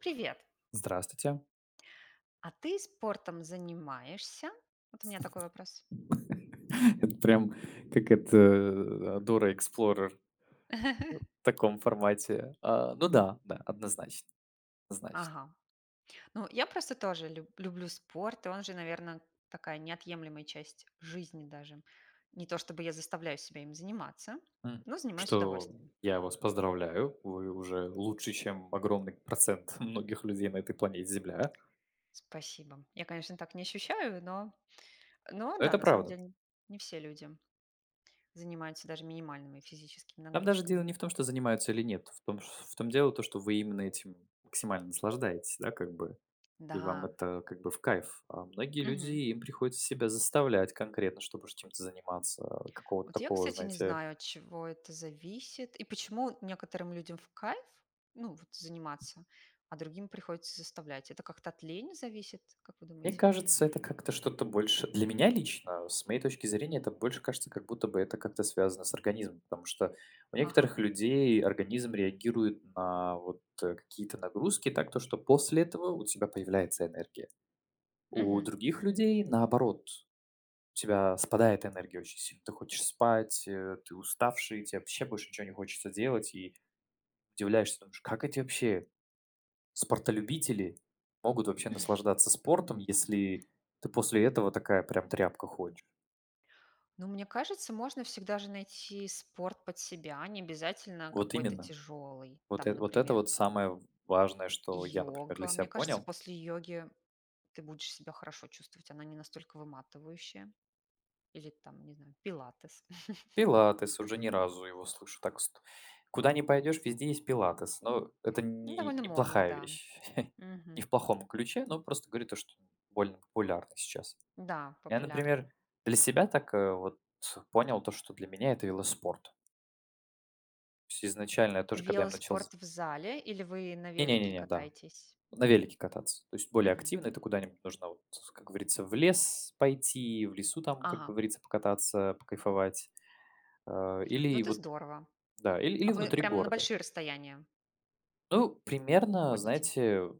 Привет. Здравствуйте. А ты спортом занимаешься? Вот у меня такой вопрос. Это прям как это, Dora Explorer в таком формате. А, ну да, да, однозначно, однозначно. Ага. Ну, я просто тоже люблю спорт, и он же, наверное, такая неотъемлемая часть жизни даже. Не то чтобы я заставляю себя им заниматься, М. но занимаюсь с Что удовольствием. я вас поздравляю, вы уже лучше, чем огромный процент многих людей на этой планете Земля. Спасибо. Я, конечно, так не ощущаю, но Но да, Это на самом правда. деле не все люди занимаются даже минимальными физическими Там даже дело нагрузками. не в том, что занимаются или нет, в том, в том дело то, что вы именно этим максимально наслаждаетесь, да, как бы, и вам Да. это как бы в кайф. А многие люди, Мгм. им приходится себя заставлять конкретно, чтобы уж чем-то заниматься, а, какого-то Вот я, такого, кстати, не знаете. знаю, от чего это зависит и почему некоторым людям в кайф, ну, вот заниматься, а другим приходится заставлять. Это как-то от лени зависит, как вы Мне думаете? кажется, это как-то что-то больше для меня лично, с моей точки зрения, это больше кажется, как будто бы это как-то связано с организмом, потому что у Ага. некоторых людей организм реагирует на вот какие-то нагрузки так, то, что после этого у тебя появляется энергия. У Мгм. других людей, наоборот, у тебя спадает энергия очень сильно. Ты хочешь спать, ты уставший, тебе вообще больше ничего не хочется делать, и удивляешься, думаешь, как эти вообще спортолюбители могут вообще наслаждаться спортом, если ты после этого такая прям тряпка ходишь. Ну, мне кажется, можно всегда же найти спорт под себя, а не обязательно Вот какой-то именно. тяжелый. Вот Там, это вот, это например, вот самое важное, что я, например, для йога. себя Мне кажется, понял. после йоги ты будешь себя хорошо чувствовать. Она не настолько выматывающая. Или там, не знаю, пилатес. Пилатес, уже ни разу его слышу так. Куда не пойдешь, везде есть пилатес. Но это Ну, не, довольно модно, неплохая да. вещь. Не Мгм. в плохом ключе, но просто говорит то, что больно популярно сейчас. Да, Я, популярно. например, для себя так вот понял то, что для меня это велоспорт. То есть изначально я тоже, когда я им начал. Велоспорт в зале или вы на велике Не-не-не, да, катаетесь? на велике кататься. То есть более Мгм. активно. Это куда-нибудь нужно, вот, как говорится, в лес пойти, в лесу там, как Ага. говорится, покататься, покайфовать. Э, Ну, или это вот, здорово. да, или, А или вы внутри прям на города. большие расстояния Ну, примерно, ходите? знаете,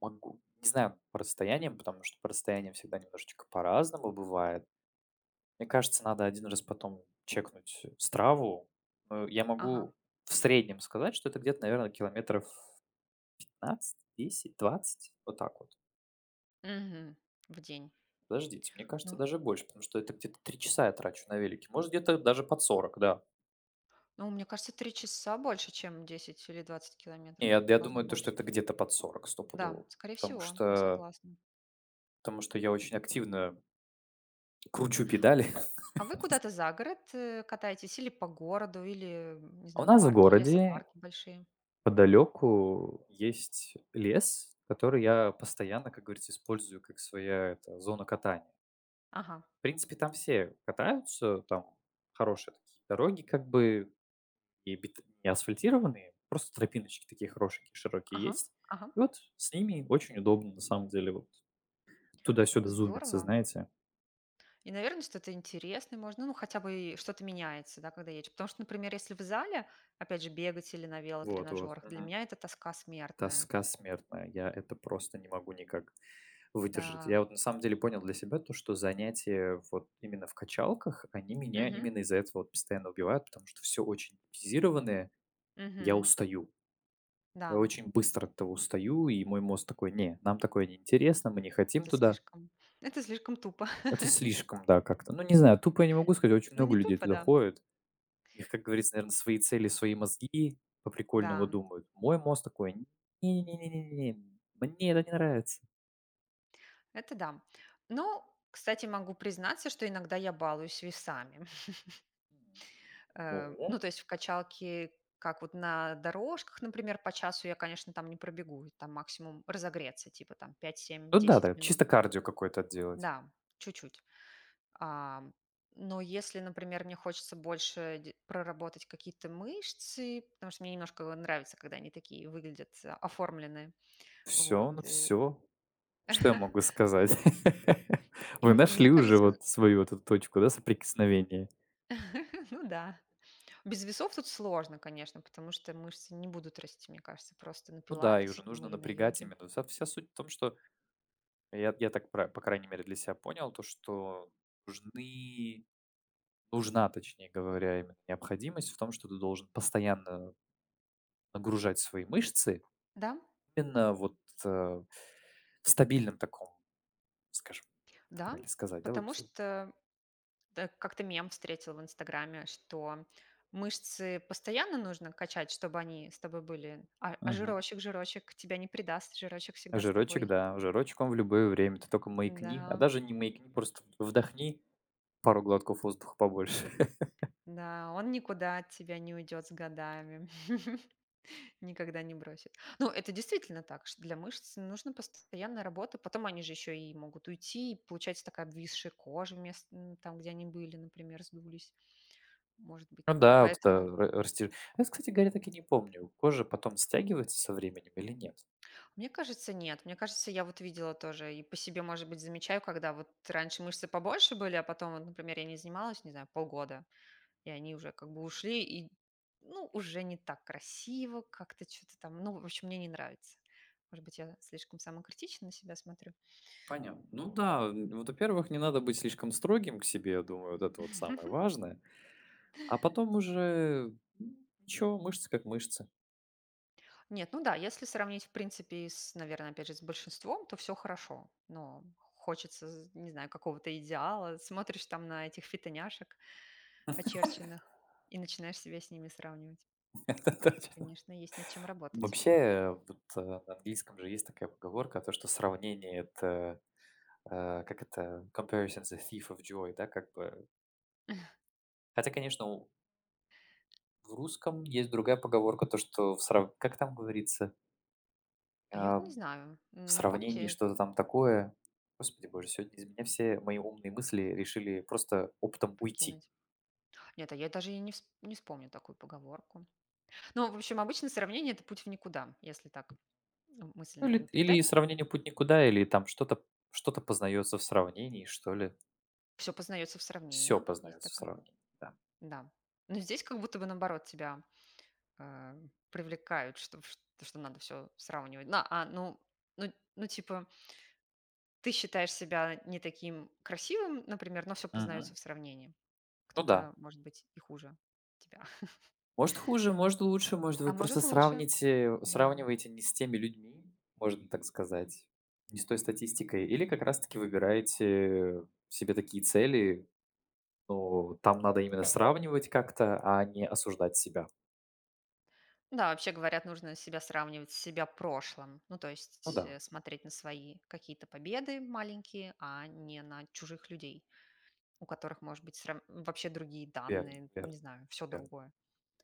могу. Не знаю по расстояниям, потому что по расстояниям всегда немножечко по-разному бывает. Мне кажется, надо один раз потом чекнуть страву. Я Ага. могу в среднем сказать, что это где-то, наверное, километров 15, 10, 20, вот так вот. Мгм. В день. Подождите, мне кажется, Ну, даже больше, потому что это где-то 3 часа я трачу на велике. Может, где-то даже под 40, да. ну, мне кажется, 3 часа больше, чем 10 или 20 Не, километров. я Должно думаю, то, что больше. это где-то под 40, Да, стопудово, скорее потому всего, я что согласна. Я очень активно кручу педали. А вы куда-то за город, катаетесь или по городу, или, не А у знаю, нас в парки, городе лесопарки большие? подалеку есть лес, который я постоянно, как говорится, использую как своя это зона катания. Ага, В принципе, там все катаются, там хорошие такие дороги как бы, и бит не асфальтированные, просто тропиночки такие хорошенькие, широкие ага, есть. ага. И вот с ними очень удобно, на самом деле, вот туда-сюда зумиться, Здорово. знаете. И, наверное, что-то интересное можно, ну, хотя бы и что-то меняется, да, когда едешь. Потому что, например, если в зале, опять же, бегать или на Вот вот, велотренажерах, для мгм. меня это тоска смертная. Тоска смертная. Я это просто не могу никак выдержать. Да. Я вот на самом деле понял для себя то, что занятия вот именно в качалках, они меня Мгм. именно из-за этого вот постоянно убивают, потому что все очень типизированное, я Мгм. устаю. Я Да, очень быстро от этого устаю, и мой мозг такой: "Не, нам такое неинтересно, мы не хотим это туда". слишком, это слишком тупо. Это слишком, да, как-то. Ну, не знаю, тупо я не могу сказать, очень Ну, много не людей тупо, туда да. ходят. У них, как говорится, наверное, свои цели, свои мозги, по-прикольному Да, думают. Мой мозг такой: "Не не не не не мне это не нравится". это да. Ну, кстати, могу признаться, что иногда я балуюсь весами. Ну? Ну, то есть в качалке, как вот на дорожках, например, по часу я, конечно, там не пробегу, там максимум разогреться, типа там Ну да, пять-семь-десять да, минут. чисто кардио какое-то отделать. Да, чуть-чуть. Ам, но если, например, мне хочется больше де проработать какие-то мышцы, потому что мне немножко нравится, когда они такие выглядят, оформленные, вот, Все, ну и всё. Что я могу сказать? и Вы мне нашли уже кажется, вот свою вот эту точку, да, соприкосновения. ну да. Без весов тут сложно, конечно, потому что мышцы не будут расти, мне кажется, просто на Ну да, и пилатесе уже там нужно или на напрягать йоге. именно. Вся суть в том, что я так пра по крайней мере для себя понял, то что нужны нужна, точнее говоря, именно необходимость в том, что ты должен постоянно нагружать свои мышцы Да, именно вот, в стабильном таком, скажем, как да, правильно сказать, да, потому что Да, как-то мем встретил в Инстаграме, что мышцы постоянно нужно качать, чтобы они с тобой были, а Мгм. жирочек, жирочек тебя не предаст, жирочек всегда с Жирочек, тобой. да, жирочек он в любое время. Ты только маякни, а Да, даже не маякни, просто вдохни пару глотков воздуха побольше. да, он никуда от тебя не уйдет с годами, никогда не бросит. Ну, это действительно так, что для мышц нужна постоянная работа, потом они же еще и могут уйти, и получается такая обвисшая кожа вместо там, где они были, например, сдулись, может быть. Ну да, вот это Поэтому. ра растяж Я, кстати говоря, так и не помню, кожа потом стягивается со временем или нет? Мне кажется, нет. Мне кажется, я вот видела тоже и по себе, может быть, замечаю, когда вот раньше мышцы побольше были, а потом, вот, например, я не занималась, не знаю, полгода, и они уже как бы ушли, и, ну, уже не так красиво, как-то что-то там, ну, в общем, мне не нравится. Может быть, я слишком самокритично на себя смотрю. Понятно. Ну да, вот, во-первых, не надо быть слишком строгим к себе, я думаю, вот это вот самое важное. А потом уже, ничего, мышцы как мышцы. Нет, ну да, если сравнить, в принципе, с, наверное, опять же, с большинством, то все хорошо. Но хочется, не знаю, какого-то идеала. Смотришь там на этих фитоняшек очерченных и начинаешь себя с ними сравнивать. Да-да. Конечно, есть над чем работать. Вообще, вот, на английском же есть такая поговорка, то, что сравнение — это, как это, comparison is the thief of joy, да, как бы. Хотя, конечно, у в русском есть другая поговорка, то, что в срав как там говорится, А я вот не в знаю, сравнении напомните что-то там такое. Господи боже, сегодня из меня все мои умные мысли решили просто оптом уйти. покинуть. Нет, а я даже и не, не вспомню такую поговорку. Ну, в общем, обычно сравнение– это путь в никуда, если так ну, мысленно Ну, или наверное, или передать. сравнение путь никуда, или там что-то познается в сравнении, что ли. Все познается в Все сравнении, есть познается в такое. сравнении, да. Да. Но здесь как будто бы наоборот тебя а, привлекают, что в что надо все сравнивать. Ну ну, типа, ты считаешь себя не таким красивым, например, но все познается Мгм. в сравнении. Ну да. Кто-то, может быть, и хуже тебя, Может, хуже, может, лучше, может, а вы просто может, лучше. сравните Да. сравниваете не с теми людьми, можно так сказать, не с той статистикой, или как раз таки выбираете себе такие цели, но там надо именно сравнивать как-то, а не осуждать себя. Да, вообще говорят, нужно себя сравнивать с себя прошлым. Ну, то Ну есть, да, смотреть на свои какие-то победы маленькие, а не на чужих людей, у которых, может быть, срав вообще другие верно, данные, верно, не знаю, все верно. другое.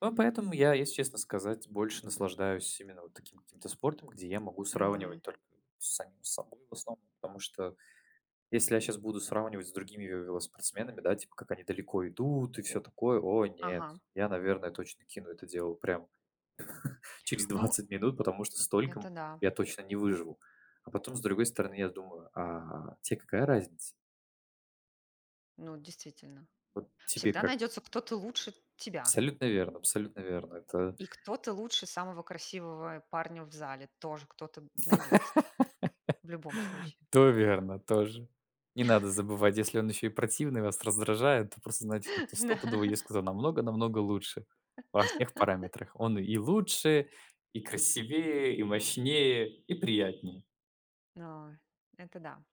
Ну, поэтому я, если честно сказать, больше наслаждаюсь именно вот таким каким-то спортом, где я могу сравнивать Мгм. только с самим собой в основном, потому что если я сейчас буду сравнивать с другими ве велоспортсменами, да, типа, как они далеко идут и все такое, о Ага. нет, я, наверное, точно кину это дело прям через Ну, 20 минут, потому что столько это да. я точно не выживу. А потом, с другой стороны, я думаю: "А тебе какая разница?" Ну, действительно. Вот тебе Всегда как? найдется кто-то лучше тебя Абсолютно верно абсолютно верно. Это и кто-то лучше самого красивого парня в зале. Тоже кто-то найдется в любом случае. то верно, тоже. Не надо забывать, если он еще и противный, вас раздражает, то просто знайте, то, что стопудово есть кто намного-намного лучше во всех параметрах. Он и лучше, и красивее, и мощнее, и приятнее. Да. Но это да.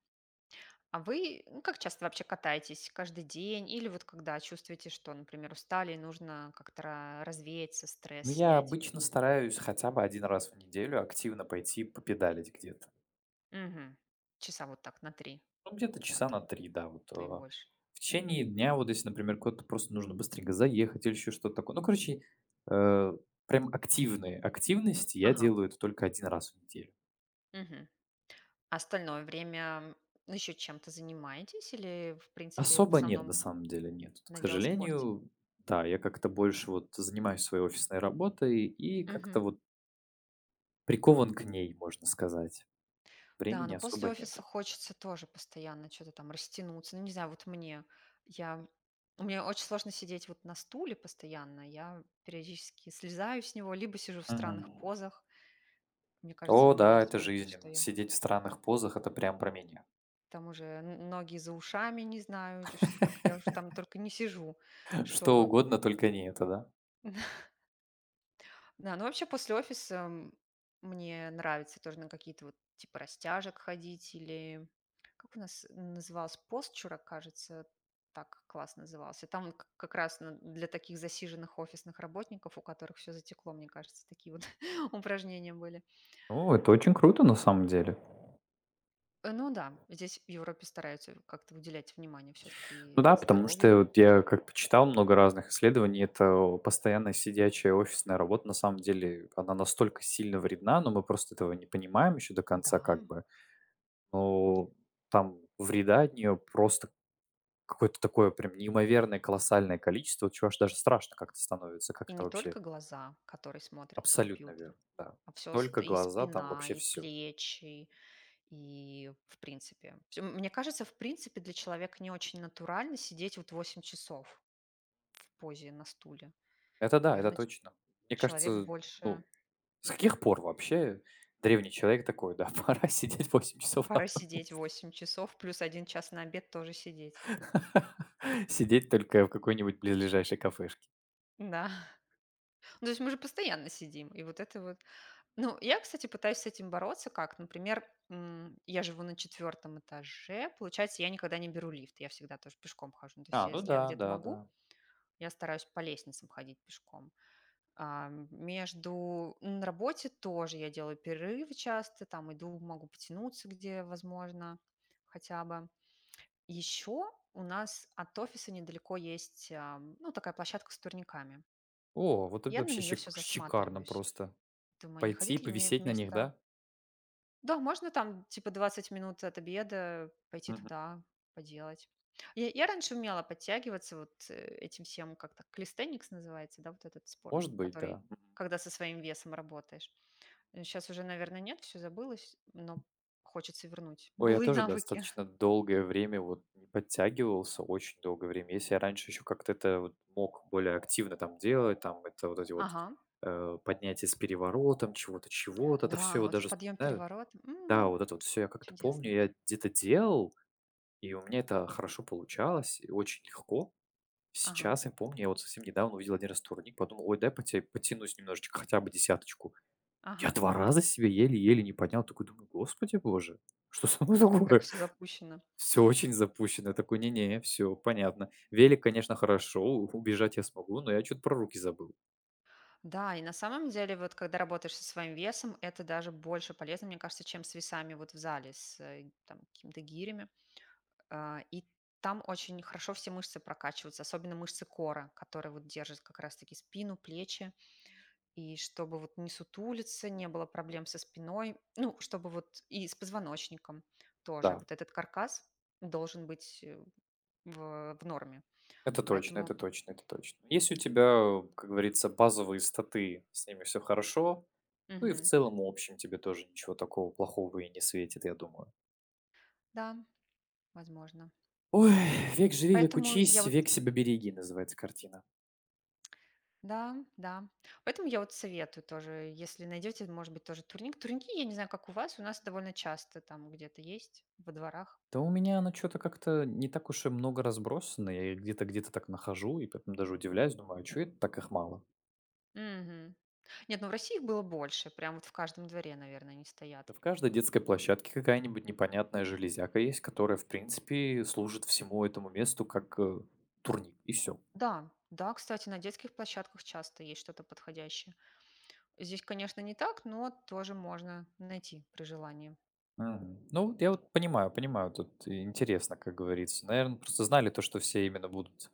А вы, ну, как часто вообще катаетесь? Каждый день? Или вот когда чувствуете, что, например, устали и нужно как-то развеяться, стресс Но я снять? обычно стараюсь хотя бы один раз в неделю активно пойти попедалить где-то. Мгм. Часа вот так на три, Ну, где-то а часа на то, 3, да, вот. То и больше. В течение дня, вот если, например, куда-то просто нужно быстренько заехать или еще что-то такое. Ну, короче, э, прям активные активности я Ага. делаю это только один раз в неделю. Мгм. А остальное время, ну, еще чем-то занимаетесь или, в принципе, в Особо нет, на основном самом деле, нет. Вот, к на велоспорте? сожалению, да, я как-то больше вот занимаюсь своей офисной работой и как-то Мгм. вот прикован к ней, можно сказать. Да, Времени но после особо офиса нету. хочется тоже постоянно что-то там растянуться. Ну, не знаю, я, мне очень сложно сидеть вот на стуле постоянно. Я периодически слезаю с него, либо сижу в Мгм. странных позах. Мне кажется, на О меня уже да, это смотрят, что жизненно. я Сидеть в странных позах — это прям про меня. там уже ноги за ушами, не знаю, что как я уже там только не сижу, Что чтобы. угодно, только не это, да. Да, ну вообще после офиса мне нравится тоже на какие-то вот типа растяжек ходить или как у нас называлось постчурак, кажется, так класс назывался. Там вот как раз для таких засиженных офисных работников, у которых все затекло, мне кажется, такие вот упражнения были. Ну, это очень круто на самом деле. Ну да, здесь в Европе стараются как-то уделять внимание Ну все-таки да, потому что здоровью. вот я как почитал много разных исследований, это постоянная сидячая офисная работа, на самом деле, она настолько сильно вредна, но мы просто этого не понимаем еще до Да, конца как бы. Ну, там вреда от нее просто какое-то такое прям неимоверное, колоссальное количество, вот чего аж даже страшно как-то становится, как и это не вообще. только глаза, которые смотрят в Абсолютно компьютер, верно, да. а все Только и глаза, там спина, вообще и все. плечи. И, в принципе, всё мне кажется, в принципе, для человека не очень натурально сидеть вот 8 часов в позе на стуле. Это да, это Наверное, ч точно. Мне человек кажется, ну, больше. с каких пор вообще древний человек такой: "Да, пора сидеть 8 часов на Пора зоне". сидеть 8 часов, плюс 1 час на обед тоже сидеть. Сидеть только в какой-нибудь близлежащей кафешке. Да. Ну, то есть мы же постоянно сидим, и вот это вот. Ну, я, кстати, пытаюсь с этим бороться как. Например, я живу на 4-м этаже, получается, я никогда не беру лифт, я всегда тоже пешком хожу. Ну, то есть А, ну если я да, где-то могу, да-да. я стараюсь по лестницам ходить пешком. Между ну, на работе тоже я делаю перерывы часто, там иду, могу потянуться, где возможно, хотя бы. Еще у нас от офиса недалеко есть, ну, такая площадка с турниками. О, вот это Я на вообще нее все шикарно засматриваюсь. просто. Думаю, не Пойти ходить ли мне повисеть на них, вместо... да? Да, можно там, типа, 20 минут от обеда пойти туда, поделать. Я раньше умела подтягиваться вот этим всем, как-то, калистеникс называется, да, вот этот спорт, Может быть, который, да. Мгм. когда со своим весом работаешь. Сейчас уже, наверное, нет, все забылось, но хочется вернуть Ой, я былые тоже навыки. достаточно долгое время вот не подтягивался, очень долгое время. Если я раньше еще как-то это вот мог более активно там делать, там это вот эти вот Ага, поднятия с переворотом, чего-то, чего-то, это все да, вот вот этот даже вспоминаю. подъем-переворот, Да, вот это вот все я как-то помню, чудесно. я где-то делал, и у меня это хорошо получалось, и очень легко. Ага, Сейчас я помню, я вот совсем недавно увидел один раз турник, подумал, ой, дай потянусь немножечко, хотя бы десяточку. Я ага, 2 раза себе еле-еле не поднял. Такой думаю: "Господи боже, что со мной как такое?" все запущено. Все очень запущено. Я такой: "Не не, все понятно". Велик, конечно, хорошо, у убежать я смогу, но я что то про руки забыл. Да, и на самом деле, вот когда работаешь со своим весом, это даже больше полезно, мне кажется, чем с весами вот в зале, с, там какими-то гирями. И там очень хорошо все мышцы прокачиваются, особенно мышцы кора, которые вот держат как раз таки спину, плечи. И чтобы вот не сутулиться, не было проблем со спиной, ну, чтобы вот и с позвоночником тоже. Да, Вот этот каркас должен быть в норме. это точно, Поэтому, это точно, это точно. Если у тебя, как говорится, базовые статы, с ними все хорошо, ну и в мгм, целом в общем тебе тоже ничего такого плохого и не светит, я думаю. да, возможно. Ой, век живи, век Поэтому я учись, вот, век себя береги, называется картина. да, да. Поэтому я вот советую тоже, если найдете, может быть, тоже турник. Турники, я не знаю, как у вас, у нас довольно часто там где-то есть, во дворах. Да у меня оно что то как-то не так уж и много разбросано. Я их где-то так нахожу и потом даже удивляюсь, думаю, а чё это так их мало? Мгм. Нет, ну в России их было больше, прям вот в каждом дворе, наверное, они стоят. Да в каждой детской площадке какая-нибудь непонятная железяка есть, которая, в принципе, служит всему этому месту как турник, и все. Да, да, кстати, на детских площадках часто есть что-то подходящее. Здесь, конечно, не так, но тоже можно найти при желании. Мгм. Ну, вот я вот понимаю, понимаю, тут интересно, как говорится. Наверное, просто знали то, что все именно будут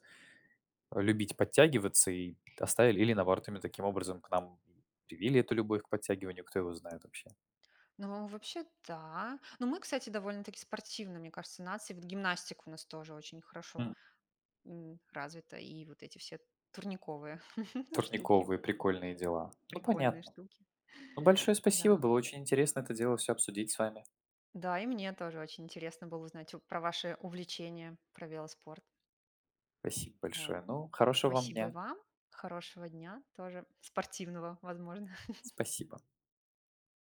любить подтягиваться и оставили, или наоборот, именно таким образом к нам привили эту любовь к подтягиванию, кто его знает вообще. Ну, вообще, да. Ну мы, кстати, довольно-таки спортивны, мне кажется, нации. Вот гимнастика у нас тоже очень хорошо развита. И вот эти все турниковые штуки, Турниковые прикольные дела. Ну, прикольные понятно. штуки. Ну, большое спасибо, Да. было очень интересно это дело все обсудить с вами. Да, и мне тоже очень интересно было узнать про ваше увлечение, про велоспорт. Спасибо Вот. большое. Ну, хорошего вам Спасибо и дня. вам. Хорошего дня тоже, спортивного, возможно. Спасибо.